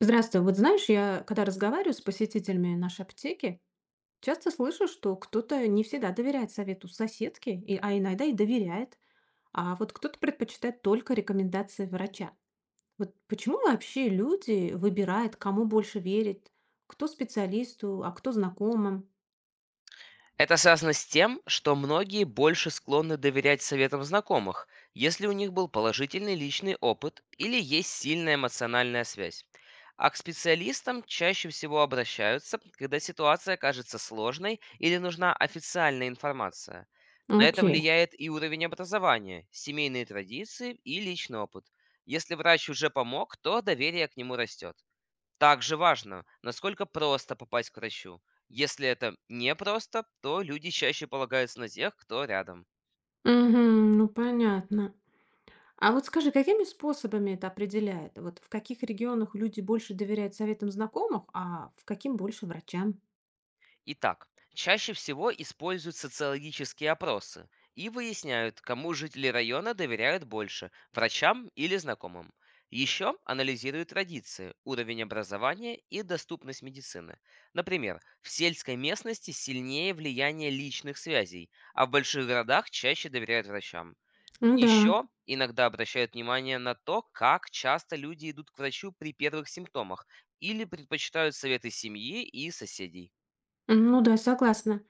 Здравствуй. Вот знаешь, я когда разговариваю с посетителями нашей аптеки, часто слышу, что кто-то не всегда доверяет совету соседки, а иногда и доверяет, а вот кто-то предпочитает только рекомендации врача. Вот почему вообще люди выбирают, кому больше верить, кто специалисту, а кто знакомым? Это связано с тем, что многие больше склонны доверять советам знакомых, если у них был положительный личный опыт или есть сильная эмоциональная связь. А к специалистам чаще всего обращаются, когда ситуация кажется сложной или нужна официальная информация. На это Окей. влияет и уровень образования, семейные традиции и личный опыт. Если врач уже помог, то доверие к нему растет. Также важно, насколько просто попасть к врачу. Если это непросто, то люди чаще полагаются на тех, кто рядом. Мгм, ну понятно. А вот скажи, какими способами это определяет? Вот в каких регионах люди больше доверяют советам знакомых, а в каким больше врачам? Итак, чаще всего используют социологические опросы и выясняют, кому жители района доверяют больше– врачам или знакомым. Еще анализируют традиции, уровень образования и доступность медицины. Например, в сельской местности сильнее влияние личных связей, а в больших городах чаще доверяют врачам. Ну да. Еще иногда обращают внимание на то, как часто люди идут к врачу при первых симптомах или предпочитают советы семьи и соседей. Ну да, согласна.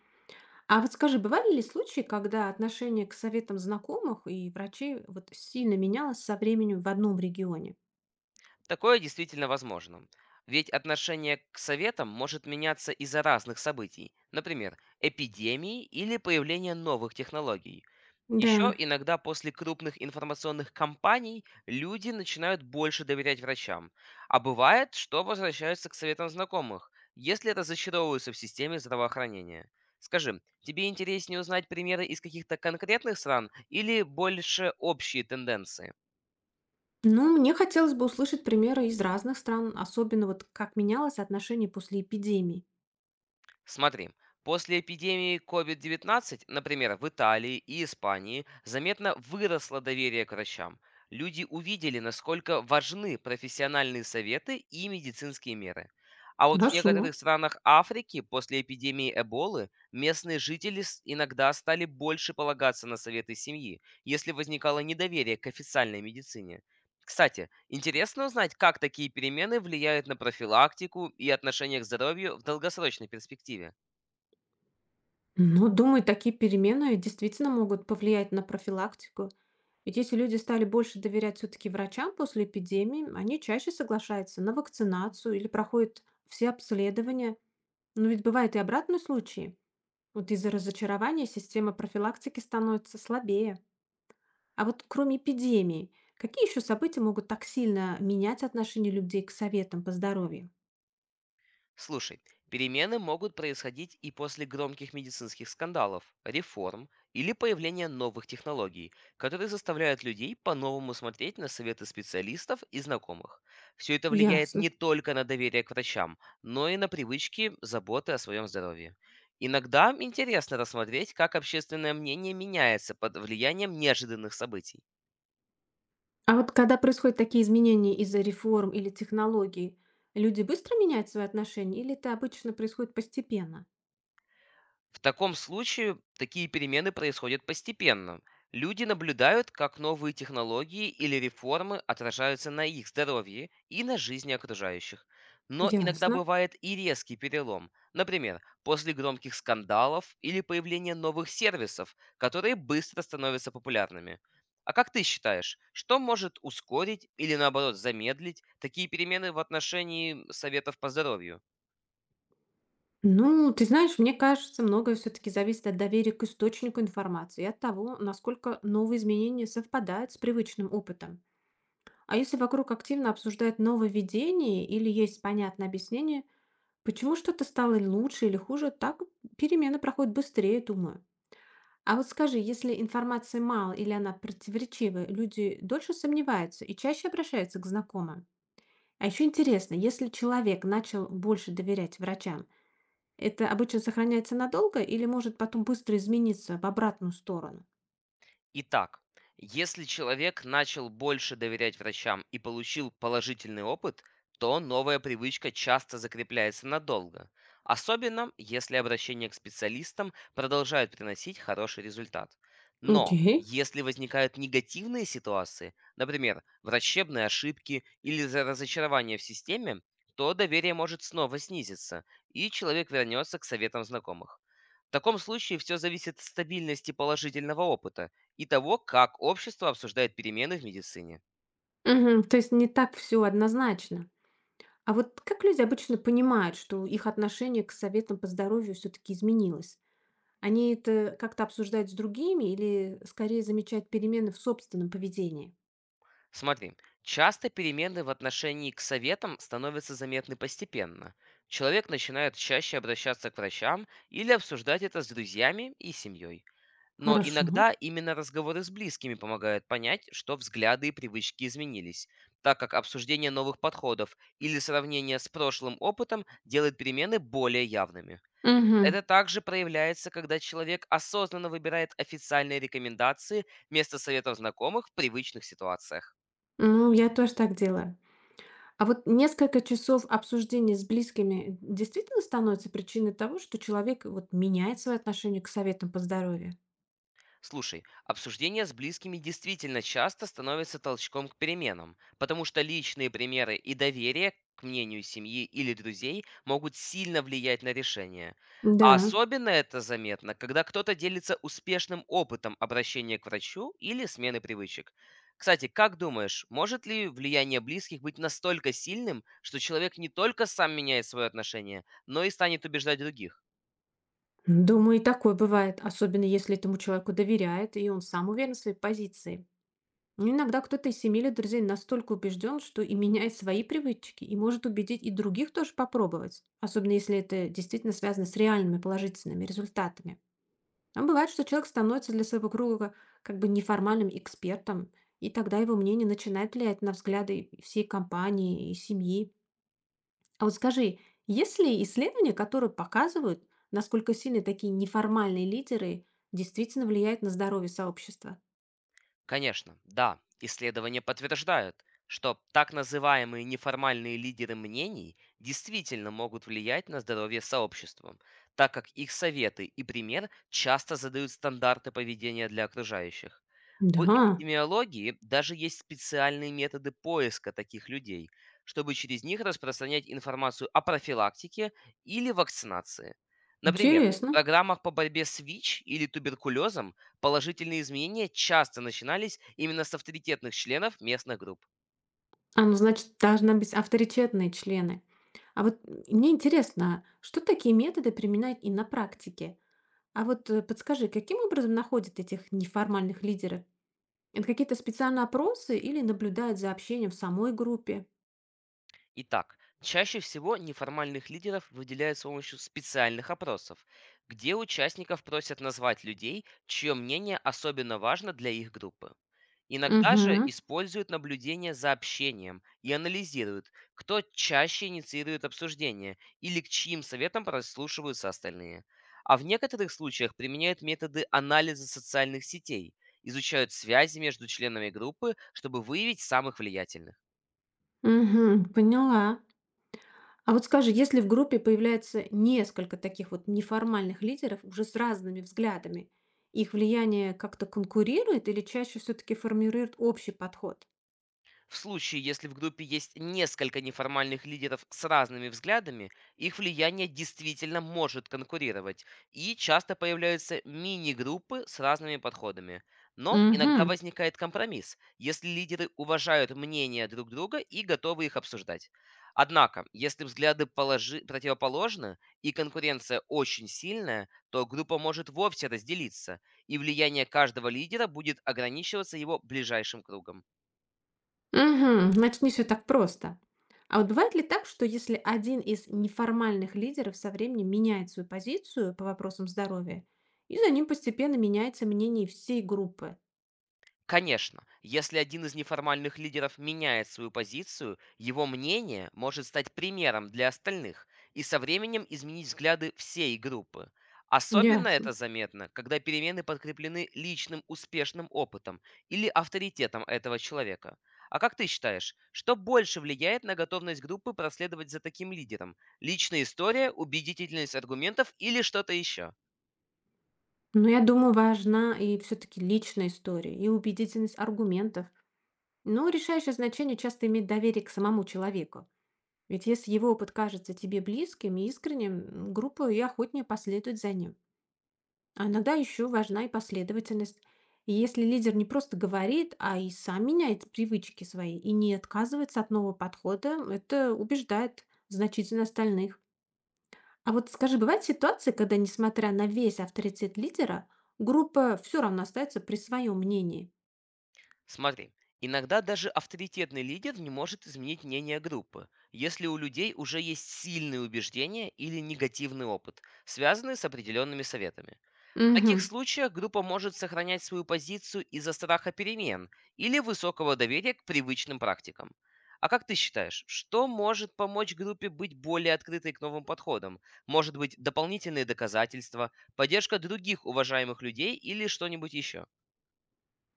А вот скажи, бывали ли случаи, когда отношение к советам знакомых и врачей вот сильно менялось со временем в одном регионе? Такое действительно возможно. Ведь отношение к советам может меняться из-за разных событий, например, эпидемии или появления новых технологий. Еще Да. иногда после крупных информационных кампаний люди начинают больше доверять врачам. А бывает, что возвращаются к советам знакомых, если разочаровываются в системе здравоохранения. Скажи, тебе интереснее узнать примеры из каких-то конкретных стран или больше общие тенденции? Ну, мне хотелось бы услышать примеры из разных стран, особенно вот как менялось отношение после эпидемии. Смотри, после эпидемии COVID-19, например, в Италии и Испании, заметно выросло доверие к врачам. Люди увидели, насколько важны профессиональные советы и медицинские меры. А вот в Хорошо. некоторых странах Африки после эпидемии Эболы местные жители иногда стали больше полагаться на советы семьи, если возникало недоверие к официальной медицине. Кстати, интересно узнать, как такие перемены влияют на профилактику и отношение к здоровью в долгосрочной перспективе. Но, думаю, такие перемены действительно могут повлиять на профилактику. Ведь если люди стали больше доверять все-таки врачам после эпидемии, они чаще соглашаются на вакцинацию или проходят все обследования. Но ведь бывают и обратные случаи. Вот из-за разочарования система профилактики становится слабее. А вот кроме эпидемии, какие еще события могут так сильно менять отношение людей к советам по здоровью? Слушай, перемены могут происходить и после громких медицинских скандалов, реформ или появления новых технологий, которые заставляют людей по-новому смотреть на советы специалистов и знакомых. Все это влияет Ясно. не только на доверие к врачам, но и на привычки заботы о своем здоровье. Иногда интересно рассмотреть, как общественное мнение меняется под влиянием неожиданных событий. А вот когда происходят такие изменения из-за реформ или технологий, люди быстро меняют свои отношения или это обычно происходит постепенно? В таком случае такие перемены происходят постепенно. Люди наблюдают, как новые технологии или реформы отражаются на их здоровье и на жизни окружающих. Но иногда Ясно. бывает и резкий перелом. Например, после громких скандалов или появления новых сервисов, которые быстро становятся популярными. А как ты считаешь, что может ускорить или наоборот замедлить такие перемены в отношении советов по здоровью? Ну, ты знаешь, мне кажется, многое все-таки зависит от доверия к источнику информации и от того, насколько новые изменения совпадают с привычным опытом. А если вокруг активно обсуждают нововведение или есть понятное объяснение, почему что-то стало лучше или хуже, так перемены проходят быстрее, думаю. А вот скажи, если информации мало или она противоречивая, люди дольше сомневаются и чаще обращаются к знакомым. А еще интересно, если человек начал больше доверять врачам, это обычно сохраняется надолго или может потом быстро измениться в обратную сторону? Итак, если человек начал больше доверять врачам и получил положительный опыт, то новая привычка часто закрепляется надолго, особенно если обращение к специалистам продолжает приносить хороший результат. Но Окей. если возникают негативные ситуации, например, врачебные ошибки или разочарование в системе, то доверие может снова снизиться, и человек вернется к советам знакомых. В таком случае все зависит от стабильности положительного опыта и того, как общество обсуждает перемены в медицине. Мгм, то есть не так все однозначно. А вот как люди обычно понимают, что их отношение к советам по здоровью все-таки изменилось? Они это как-то обсуждают с другими или скорее замечают перемены в собственном поведении? Смотри, часто перемены в отношении к советам становятся заметны постепенно. Человек начинает чаще обращаться к врачам или обсуждать это с друзьями и семьей. Но Хорошо. иногда именно разговоры с близкими помогают понять, что взгляды и привычки изменились, так как обсуждение новых подходов или сравнение с прошлым опытом делает перемены более явными. Угу. Это также проявляется, когда человек осознанно выбирает официальные рекомендации вместо советов знакомых в привычных ситуациях. Ну, я тоже так делаю. А вот несколько часов обсуждения с близкими действительно становится причиной того, что человек вот меняет свое отношение к советам по здоровью? Слушай, обсуждение с близкими действительно часто становится толчком к переменам, потому что личные примеры и доверие к мнению семьи или друзей могут сильно влиять на решение. Да, А особенно это заметно, когда кто-то делится успешным опытом обращения к врачу или смены привычек. Кстати, как думаешь, может ли влияние близких быть настолько сильным, что человек не только сам меняет свое отношение, но и станет убеждать других? думаю, и такое бывает, особенно если этому человеку доверяет, и он сам уверен в своей позиции. Ну, иногда кто-то из семьи или друзей настолько убежден, что и меняет свои привычки, и может убедить и других тоже попробовать, особенно если это действительно связано с реальными положительными результатами. А бывает, что человек становится для своего круга как бы неформальным экспертом, и тогда его мнение начинает влиять на взгляды и всей компании и семьи. А вот скажи, есть ли исследования, которые показывают, насколько сильно такие неформальные лидеры действительно влияют на здоровье сообщества? Конечно, да, исследования подтверждают, что так называемые неформальные лидеры мнений действительно могут влиять на здоровье сообщества, так как их советы и пример часто задают стандарты поведения для окружающих. В Да, эпидемиологии даже есть специальные методы поиска таких людей, чтобы через них распространять информацию о профилактике или вакцинации. Например, в интересно. программах по борьбе с ВИЧ или туберкулезом положительные изменения часто начинались именно с авторитетных членов местных групп. А, ну, значит, должны быть авторитетные члены. А вот мне интересно, что такие методы применяют и на практике? А вот подскажи, каким образом находят этих неформальных лидеров? Это какие-то специальные опросы или наблюдают за общением в самой группе? Итак, чаще всего неформальных лидеров выделяют с помощью специальных опросов, где участников просят назвать людей, чье мнение особенно важно для их группы. Иногда же Угу, используют наблюдение за общением и анализируют, кто чаще инициирует обсуждение или к чьим советам прослушиваются остальные. А в некоторых случаях применяют методы анализа социальных сетей, изучают связи между членами группы, чтобы выявить самых влиятельных. угу, поняла. А вот скажи, если в группе появляется несколько таких вот неформальных лидеров уже с разными взглядами, их влияние как-то конкурирует или чаще все-таки формирует общий подход? В случае, если в группе есть несколько неформальных лидеров с разными взглядами, их влияние действительно может конкурировать, и часто появляются мини-группы с разными подходами. Но иногда Угу. возникает компромисс, если лидеры уважают мнения друг друга и готовы их обсуждать. Однако, если взгляды противоположны и конкуренция очень сильная, то группа может вовсе разделиться, и влияние каждого лидера будет ограничиваться его ближайшим кругом. Мгм. Значит, не все так просто. А вот бывает ли так, что если один из неформальных лидеров со временем меняет свою позицию по вопросам здоровья, и за ним постепенно меняется мнение всей группы? Конечно, если один из неформальных лидеров меняет свою позицию, его мнение может стать примером для остальных и со временем изменить взгляды всей группы. Особенно Ясно. это заметно, когда перемены подкреплены личным успешным опытом или авторитетом этого человека. А как ты считаешь, что больше влияет на готовность группы проследовать за таким лидером? Личная история, убедительность аргументов или что-то еще? Но я думаю, важна и все-таки личная история, и убедительность аргументов. Но решающее значение часто имеет доверие к самому человеку. Ведь если его опыт кажется тебе близким и искренним, группа и охотнее последует за ним. А иногда еще важна и последовательность. И если лидер не просто говорит, а и сам меняет привычки свои и не отказывается от нового подхода, это убеждает значительно остальных. А вот скажи, бывают ситуации, когда, несмотря на весь авторитет лидера, группа все равно остается при своем мнении? Смотри, иногда даже авторитетный лидер не может изменить мнение группы, если у людей уже есть сильные убеждения или негативный опыт, связанные с определенными советами. В Мгм. таких случаях группа может сохранять свою позицию из-за страха перемен или высокого доверия к привычным практикам. А как ты считаешь, что может помочь группе быть более открытой к новым подходам? Может быть, дополнительные доказательства, поддержка других уважаемых людей или что-нибудь еще?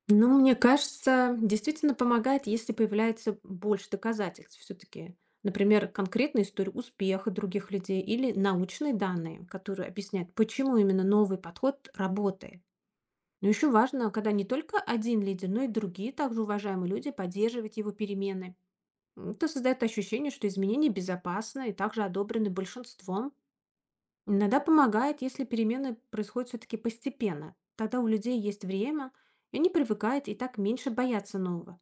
Ну, мне кажется, действительно помогает, если появляется больше доказательств все-таки. Например, конкретная история успеха других людей или научные данные, которые объясняют, почему именно новый подход работает. Но еще важно, когда не только один лидер, но и другие также уважаемые люди поддерживают его перемены. Это создает ощущение, что изменения безопасны и также одобрены большинством. Иногда помогает, если перемены происходят все-таки постепенно. Тогда у людей есть время, и они привыкают и так меньше боятся нового.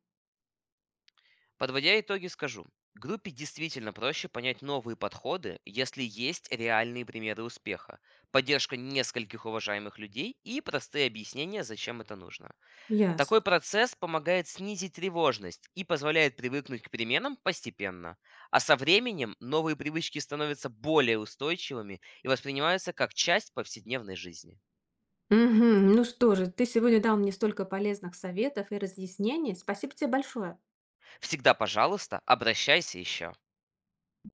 Подводя итоги, скажу. Группе действительно проще понять новые подходы, если есть реальные примеры успеха, поддержка нескольких уважаемых людей и простые объяснения, зачем это нужно. Ясно. Такой процесс помогает снизить тревожность и позволяет привыкнуть к переменам постепенно. А со временем новые привычки становятся более устойчивыми и воспринимаются как часть повседневной жизни. Мгм. Ну что же, ты сегодня дал мне столько полезных советов и разъяснений. Спасибо тебе большое. Всегда, пожалуйста, обращайся еще.